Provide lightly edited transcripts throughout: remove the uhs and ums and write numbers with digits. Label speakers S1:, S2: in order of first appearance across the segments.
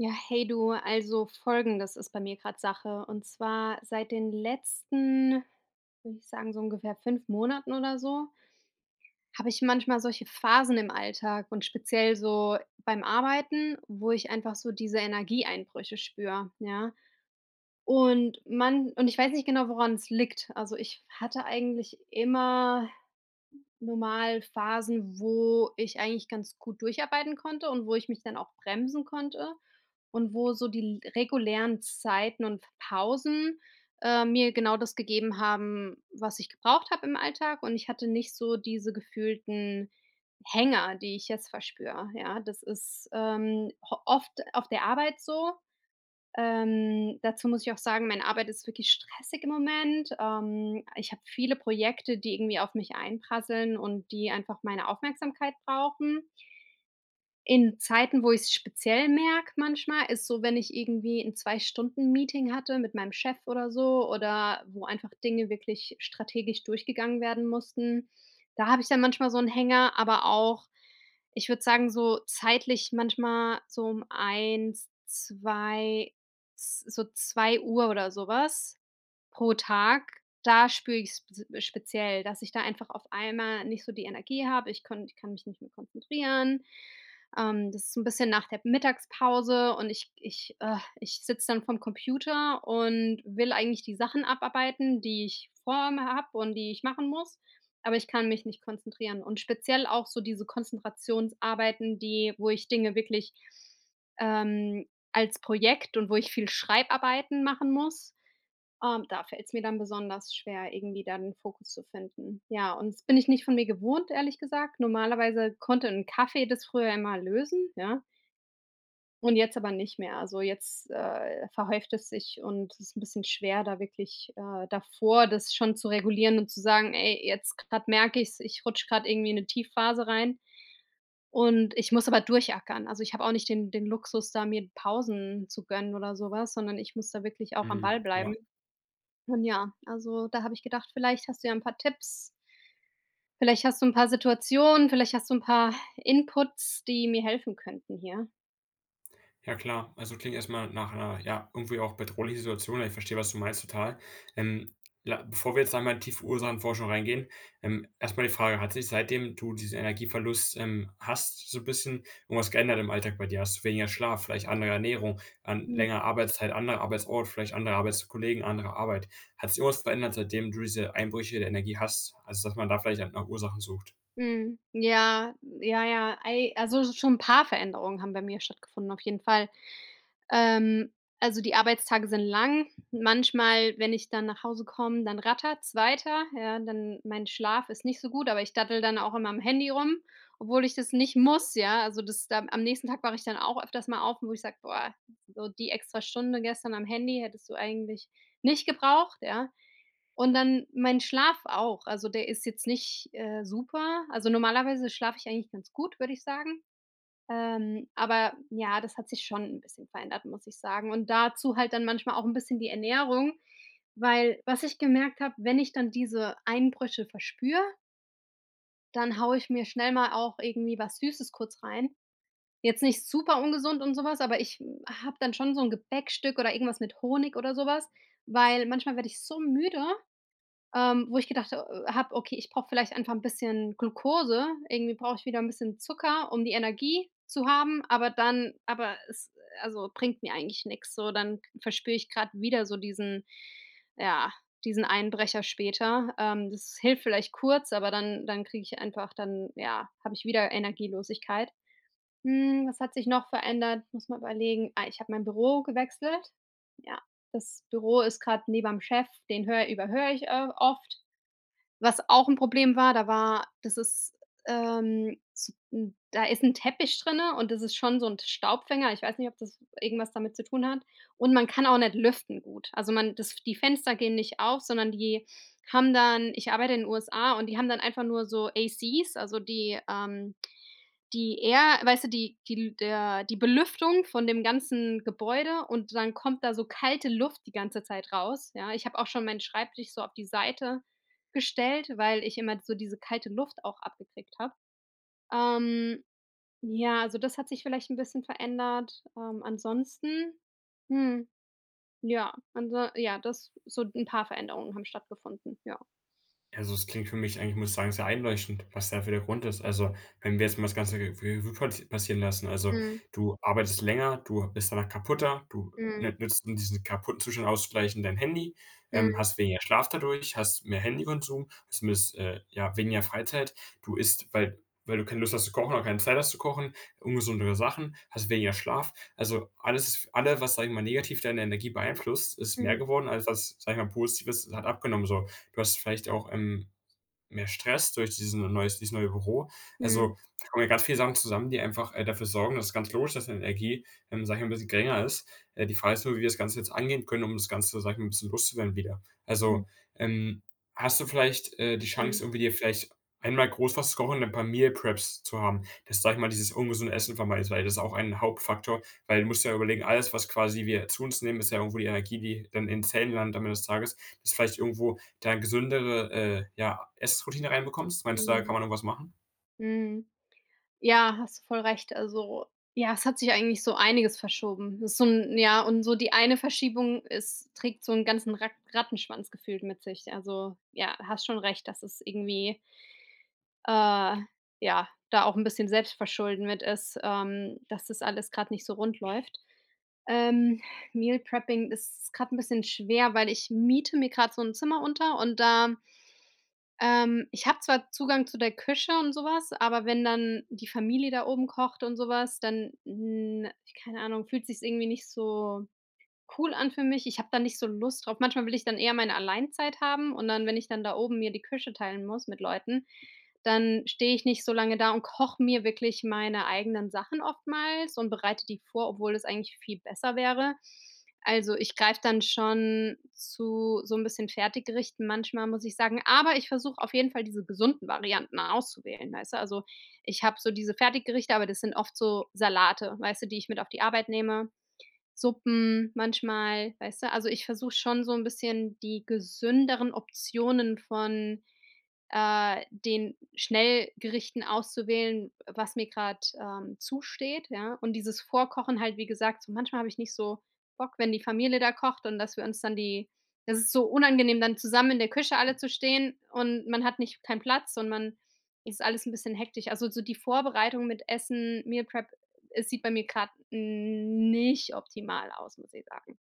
S1: Ja, hey du, also Folgendes ist bei mir gerade Sache. Und zwar seit den letzten, würde ich sagen, so ungefähr 5 Monaten oder so, habe ich manchmal solche Phasen im Alltag und speziell so beim Arbeiten, wo ich einfach so diese Energieeinbrüche spüre, ja. Und ich weiß nicht genau, woran es liegt. Also, ich hatte eigentlich immer normal Phasen, wo ich eigentlich ganz gut durcharbeiten konnte und wo ich mich dann auch bremsen konnte und wo so die regulären Zeiten und Pausen mir genau das gegeben haben, was ich gebraucht habe im Alltag, und ich hatte nicht so diese gefühlten Hänger, die ich jetzt verspüre, ja? Das ist, ho oft auf der Arbeit so, dazu muss ich auch sagen, meine Arbeit ist wirklich stressig im Moment. Ich habe viele Projekte, die irgendwie auf mich einprasseln und die einfach meine Aufmerksamkeit brauchen. In Zeiten, wo ich's speziell merke manchmal, ist so, wenn ich irgendwie ein 2 Stunden-Meeting hatte mit meinem Chef oder so, oder wo einfach Dinge wirklich strategisch durchgegangen werden mussten. Da habe ich dann manchmal so 'n Hänger, aber auch, ich würde sagen, so zeitlich manchmal so um eins, 2, z so 2 Uhr oder so was. Pro Tag, da spüre ich sp speziell, dass ich da einfach auf einmal nicht so die Energie habe. Ich kann mich nicht mehr konzentrieren. Das ist so 'n bisschen nach der Mittagspause, und ich sitze dann vom Computer und will eigentlich die Sachen abarbeiten, die ich vor mir habe und die ich machen muss, aber ich kann mich nicht konzentrieren. Und speziell auch so diese Konzentrationsarbeiten, die wo ich Dinge wirklich als Projekt und wo ich viel Schreibarbeiten machen muss, da fällt es mir dann besonders schwer, irgendwie da den Fokus zu finden. Ja, und das bin ich nicht von mir gewohnt, ehrlich gesagt. Normalerweise konnte ein Kaffee das früher immer lösen, ja, und jetzt aber nicht mehr. Also, jetzt verhäuft es sich, und es ist ein bisschen schwer, da wirklich davor das schon zu regulieren und zu sagen: „Ey, jetzt gerade merke ich's, ich rutsche gerade irgendwie in eine Tiefphase rein, und ich muss aber durchackern." Also, ich habe auch nicht den Luxus, da mir Pausen zu gönnen oder sowas, sondern ich muss da wirklich auch am
S2: Mhm,
S1: Ball
S2: ja.
S1: bleiben. Und ja, also, da habe ich gedacht, vielleicht hast du ja ein paar Tipps, vielleicht hast du ein paar Situationen, vielleicht hast du ein paar Inputs, die mir helfen könnten hier.
S2: Ja klar, also klingt erstmal nach einer ja, irgendwie auch bedrohlichen Situation. Ich verstehe, was du meinst, total. Ähm, la Bevor wir jetzt einmal in tiefe Ursachenforschung reingehen, erst die Frage: Hat sich, seitdem du diesen Energieverlust, hast, so 'n bisschen irgendwas geändert im Alltag bei dir? Hast du weniger Schlaf, vielleicht andere Ernährung, an
S1: Mhm.
S2: längere Arbeitszeit, anderer Arbeitsort, vielleicht andere Arbeitskollegen, andere Arbeit? Hat sich irgendwas verändert, seitdem du diese Einbrüche der Energie hast? Also, dass man da vielleicht nach Ursachen sucht?
S1: Mhm. Ja, ja, ja. Ei Also, schon ein paar Veränderungen haben bei mir stattgefunden, auf jeden Fall. Ähm, also, die Arbeitstage sind lang. Manchmal, wenn ich dann nach Hause komme, dann rattert's weiter, ja, dann, mein Schlaf ist nicht so gut, aber ich dattel dann auch immer am Handy rum, obwohl ich das nicht muss, ja. Also, das da am nächsten Tag wache ich dann auch öfters mal auf, wo ich sage: „Boah, so die extra Stunde gestern am Handy hättest du eigentlich nicht gebraucht", ja? Und dann mein Schlaf auch. Also, der ist jetzt nicht super. Also, normalerweise schlafe ich eigentlich ganz gut, würde ich sagen. Aber ja, das hat sich schon ein bisschen verändert, muss ich sagen. Und dazu halt dann manchmal auch ein bisschen die Ernährung, weil, was ich gemerkt habe, wenn ich dann diese Einbrüche verspüre, dann haue ich mir schnell mal auch irgendwie was Süßes kurz rein. Jetzt nicht super ungesund und sowas, aber ich habe dann schon so ein Gebäckstück oder irgendwas mit Honig oder sowas, weil manchmal werde ich so müde, wo ich gedacht habe: „Okay, ich brauche vielleicht einfach ein bisschen Glukose, irgendwie brauche ich wieder ein bisschen Zucker, um die Energie zu haben", aber dann, aber es also, bringt mir eigentlich nichts so. Dann verspüre ich gerade wieder so diesen ja, diesen Einbrecher später. Das hilft vielleicht kurz, aber dann kriege ich einfach dann, ja, habe ich wieder Energielosigkeit. Hm, was hat sich noch verändert? Muss mal überlegen. Ah, ich habe mein Büro gewechselt. Ja, das Büro ist gerade neben dem Chef, den höre überhöre ich oft. Was auch 'n Problem war, da war das ist, so 'n da ist 'n Teppich drinne, und das ist schon so 'n Staubfänger. Ich weiß nicht, ob das irgendwas damit zu tun hat. Und man kann auch nicht lüften gut. Also, man das die Fenster gehen nicht auf, sondern die haben dann ich arbeite in den USA, und die haben dann einfach nur so ACs, also die, die Air, weißt du, die Belüftung von dem ganzen Gebäude, und dann kommt da so kalte Luft die ganze Zeit raus, ja? Ich habe auch schon meinen Schreibtisch so auf die Seite gestellt, weil ich immer so diese kalte Luft auch abgekriegt habe. Ähm, ja, also das hat sich vielleicht ein bisschen verändert. Ansonsten, hm, ja, anso ja, das so ein paar Veränderungen haben stattgefunden, ja.
S2: Also, es klingt für mich, eigentlich muss ich sagen, sehr einleuchtend, was dafür der Grund ist. Also, wenn wir jetzt mal das Ganze Re Revue passieren lassen, also,
S1: Mhm,
S2: du arbeitest länger, du bist danach kaputter, du
S1: mhm,
S2: nü nützt, um diesen kaputten Zustand auszugleichen, dein Handy,
S1: mhm,
S2: hast weniger Schlaf dadurch, hast mehr Handykonsum, hast miss ja, weniger Freizeit. Du isst, weil du keine Lust hast zu kochen oder keine Zeit hast zu kochen, ungesündere Sachen, hast weniger Schlaf. Also, alles ist, alle, was, sage ich mal, negativ deine Energie beeinflusst, ist mehr
S1: mhm,
S2: geworden, als was, sage ich mal, Positives hat abgenommen so. Du hast vielleicht auch, mehr Stress durch diesen neues dieses neue Büro.
S1: mhm,
S2: Also, da kommen ja ganz viele Sachen zusammen, die einfach, dafür sorgen, dass es ganz logisch, dass deine Energie, sage ich mal, ein bisschen geringer ist. Die Frage ist nur, wie wir das Ganze jetzt angehen können, um das Ganze, sage ich mal, ein bisschen loszuwerden wieder.
S1: mhm,
S2: Also, ähm, hast du vielleicht, die
S1: mhm,
S2: Chance, irgendwie dir vielleicht einmal groß was zu kochen und dann paar Meal Preps zu haben, dass, sage ich mal, dieses ungesunde Essen vermeidest, weil das ist auch ein Hauptfaktor, weil du musst ja überlegen, alles, was quasi wir zu uns nehmen, ist ja irgendwo die Energie, die dann in den Zellen landet am Ende des Tages, das ist vielleicht irgendwo da gesündere, ja, Essroutine reinbekommst? Meinst du, da
S1: mhm,
S2: kann man irgendwas machen?
S1: mhm. Ja, hast du voll recht. Also, ja, es hat sich eigentlich so einiges verschoben. Das ist so 'n, ja, und so die eine Verschiebung ist trägt so einen ganzen Rattenschwanz gefühlt mit sich. Also, ja, hast schon recht, dass es irgendwie, äh, ja, da auch ein bisschen Selbstverschulden mit ist, dass das alles gerade nicht so rund läuft. Ähm, Meal Prepping ist gerade ein bisschen schwer, weil ich miete mir gerade so ein Zimmer unter, und da ich habe zwar Zugang zu der Küche und sowas, aber wenn dann die Familie da oben kocht und sowas, dann, hm, keine Ahnung, fühlt sich's irgendwie nicht so cool an für mich. Ich habe da nicht so Lust drauf. Manchmal will ich dann eher meine Alleinzeit haben, und dann, wenn ich dann da oben mir die Küche teilen muss mit Leuten, dann stehe ich nicht so lange da und koche mir wirklich meine eigenen Sachen oftmals und bereite die vor, obwohl es eigentlich viel besser wäre. Also, ich greife dann schon zu so 'n bisschen Fertiggerichten manchmal, muss ich sagen, aber ich versuche auf jeden Fall diese gesunden Varianten auszuwählen, weißt du? Also, ich habe so diese Fertiggerichte, aber das sind oft so Salate, weißt du, die ich mit auf die Arbeit nehme. Suppen manchmal, weißt du? Also, ich versuche schon so ein bisschen die gesünderen Optionen von den Schnellgerichten auszuwählen, was mir gerade, zusteht, ja? Und dieses Vorkochen halt, wie gesagt, so manchmal habe ich nicht so Bock, wenn die Familie da kocht, und dass wir uns dann die, das ist so unangenehm, dann zusammen in der Küche alle zu stehen, und man hat nicht, keinen Platz, und man, ist alles ein bisschen hektisch. Also, so die Vorbereitung mit Essen, Meal Prep, es sieht bei mir gerade nicht optimal aus, muss ich sagen.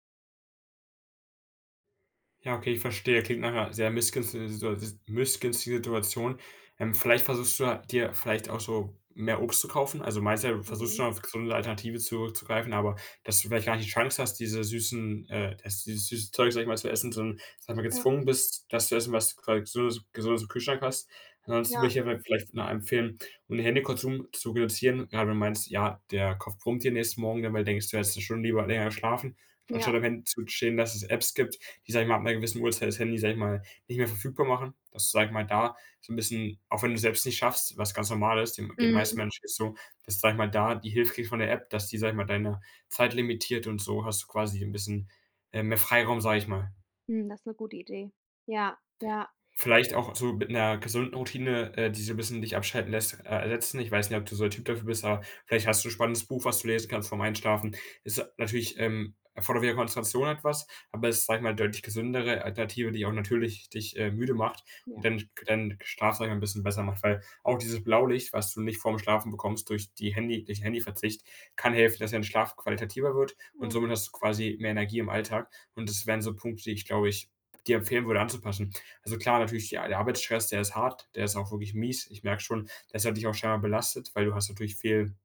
S2: Ja, okay, ich verstehe. Klingt nach einer sehr missgünstigen Situation. Vielleicht versuchst du ja, dir vielleicht auch so mehr Obst zu kaufen. Also, meinst ja, du versuchst
S1: Mhm.
S2: schon auf gesunde Alternative zurückzugreifen, aber dass du vielleicht gar nicht die Chance hast, dieses süße Zeug, sage ich mal, zu essen, sondern, sag ich mal,
S1: Ja,
S2: gezwungen bist, das zu essen, was du quasi Gesundes im Kühlschrank hast. Ansonsten würde
S1: ja,
S2: ich dir vielleicht noch empfehlen, um den Handykonsum zu reduzieren. Gerade wenn du meinst, ja, der Kopf brummt dir nächsten Morgen, dann denkst du: „Ja, hättest du schon lieber länger geschlafen“,
S1: ja.
S2: anstatt am Handy zu stehen, dass es Apps gibt, die, sag ich mal, ab einer gewissen Uhrzeit das Handy, sag ich mal, nicht mehr verfügbar machen. Das ist, sag ich mal, da so ein bisschen, auch wenn du es selbst nicht schaffst, was ganz normal ist, dem den meisten
S1: Mhm.
S2: Menschen ist so, dass du, sag ich mal, da die Hilfe kriegst von der App, dass die, sag ich mal, deine Zeit limitiert, und so hast du quasi ein bisschen mehr Freiraum, sag ich mal.
S1: Mhm, das ist 'ne gute Idee. Ja, ja,
S2: Vielleicht auch so mit einer gesunden Routine, die so ein bisschen dich abschalten lässt, ersetzen. Ich weiß nicht, ob du so ein Typ dafür bist, aber vielleicht hast du 'n spannendes Buch, was du lesen kannst vorm Einschlafen. Ist natürlich, erfordert wieder Konzentration etwas, aber es ist, sage ich mal, deutlich gesündere Alternative, die auch natürlich dich, müde macht und
S1: ja.
S2: dann deinen Schlaf, sage ich mal, 'n bisschen besser macht, weil auch dieses Blaulicht, was du nicht vorm Schlafen bekommst durch den Handyverzicht, kann helfen, dass dein Schlaf qualitativer wird und
S1: Oh.
S2: somit hast du quasi mehr Energie im Alltag, und das wären so Punkte, die ich, glaube ich, dir empfehlen würde anzupassen. Also klar, natürlich der Arbeitsstress, der ist hart, der ist auch wirklich mies. Ich merke schon, das hat dich auch scheinbar belastet, weil du hast natürlich viel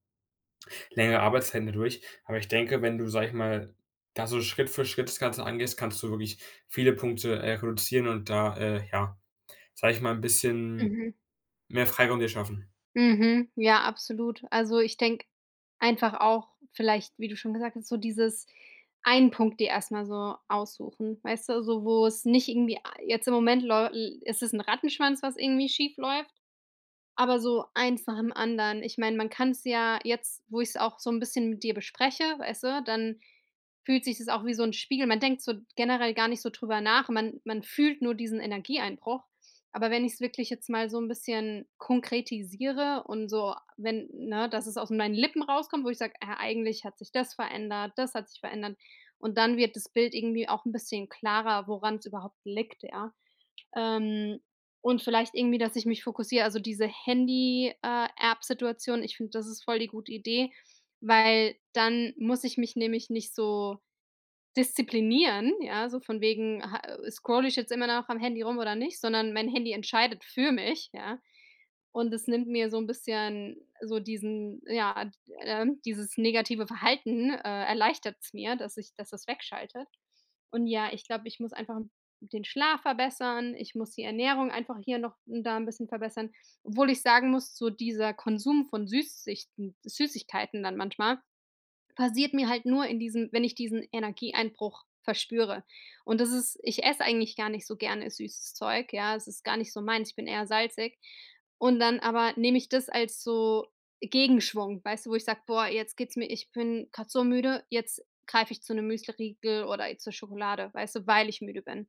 S2: längere Arbeitszeiten dadurch. Aber ich denke, wenn du, sag ich mal, da so Schritt für Schritt das Ganze angehst, kannst du wirklich viele Punkte, reduzieren und da, ja, sag ich mal, ein bisschen
S1: Mhm.
S2: mehr Freiraum dir schaffen.
S1: Mhm. Ja, absolut. Also, ich denke einfach auch vielleicht, wie du schon gesagt hast, so dieses, einen Punkt dir erst mal so aussuchen, weißt du? So, wo es nicht irgendwie, a jetzt im Moment läu l ist es 'n Rattenschwanz, was irgendwie schiefläuft. Aber so eins nach dem anderen. Ich meine, man kann es ja jetzt, wo ich es auch so ein bisschen mit dir bespreche, weißt du, dann fühlt sich das auch wie so ein Spiegel. Man denkt so generell gar nicht so drüber nach. Man fühlt nur diesen Energieeinbruch. Aber wenn ich es wirklich jetzt mal so ein bisschen konkretisiere und so, wenn, ne, dass es aus meinen Lippen rauskommt, wo ich sage: „Ah, eigentlich hat sich das verändert, das hat sich verändert." Und dann wird das Bild irgendwie auch ein bisschen klarer, woran es überhaupt liegt, ja? Ähm, und vielleicht irgendwie, dass ich mich fokussiere. Also, diese Handy, App-Situation, ich finde, das ist voll die gute Idee, weil dann muss ich mich nämlich nicht so disziplinieren, ja, so von wegen, ha scrolle ich jetzt immer noch am Handy rum oder nicht, sondern mein Handy entscheidet für mich, ja. Und es nimmt mir so ein bisschen so diesen, dieses negative Verhalten erleichtert es mir, dass ich dass das wegschaltet. Und ja, ich glaube, ich muss einfach den Schlaf verbessern, ich muss die Ernährung einfach hier noch und da ein bisschen verbessern, obwohl ich sagen muss, so dieser Konsum von Süßsichten Süßigkeiten dann manchmal passiert mir halt nur in diesem, wenn ich diesen Energieeinbruch verspüre. Und das ist ich esse eigentlich gar nicht so gerne süßes Zeug, ja, es ist gar nicht so meins, ich bin eher salzig. Und dann aber nehme ich das als so Gegenschwung, weißt du, wo ich sage: „Boah, jetzt geht's mir ich bin gerade so müde, jetzt greife ich zu einem Müsliriegel oder zur Schokolade", weißt du, weil ich müde bin.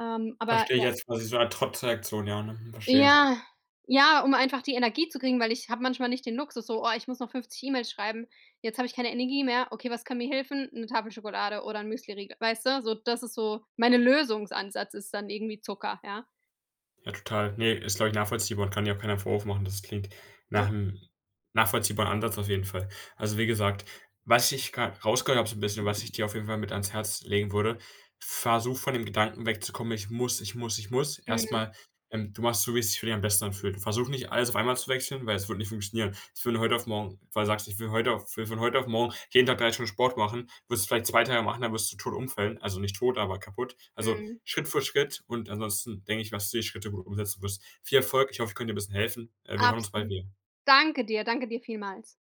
S1: Ähm, aber
S2: Verstehe ich
S1: ja
S2: jetzt quasi so eine Trotzreaktion, ja, ne? Verstehe.
S1: ja, ja, um einfach die Energie zu kriegen, weil ich habe manchmal nicht den Luxus, so: „Oh, ich muss noch 50 E-Mails schreiben. Jetzt habe ich keine Energie mehr. Okay, was kann mir helfen? 'Ne Tafel Schokolade oder 'n Müsliriegel." Weißt du? So, das ist so, meine Lösungsansatz ist dann irgendwie Zucker, ja.
S2: Ja, total. Ne, ist, glaube ich, nachvollziehbar und kann ja auch keiner Vorwurf machen. Das klingt nach
S1: Ja,
S2: einem nachvollziehbaren Ansatz auf jeden Fall. Also, wie gesagt, was ich gra rausgehört habe so ein bisschen, was ich dir auf jeden Fall mit ans Herz legen würde: Versuch, von dem Gedanken wegzukommen: „Ich muss, ich muss, ich muss.“
S1: mhm,
S2: Erstmal, du machst so, wie es sich für dich am besten anfühlt. Versuch nicht, alles auf einmal zu wechseln, weil es wird nicht funktionieren. Jetzt von heute auf morgen, weil du sagst: „Ich will von heute auf morgen jeden Tag 3 Stunden Sport machen.“ Wirst du vielleicht 2 Tage machen, dann wirst du tot umfallen. Also, nicht tot, aber kaputt. Also,
S1: mhm,
S2: Schritt für Schritt, und ansonsten denke ich, was du die Schritte gut umsetzen wirst. Viel Erfolg. Ich hoffe, ich konnte dir ein bisschen helfen. Wir hören uns bald
S1: absolut.
S2: wieder.
S1: Danke dir vielmals.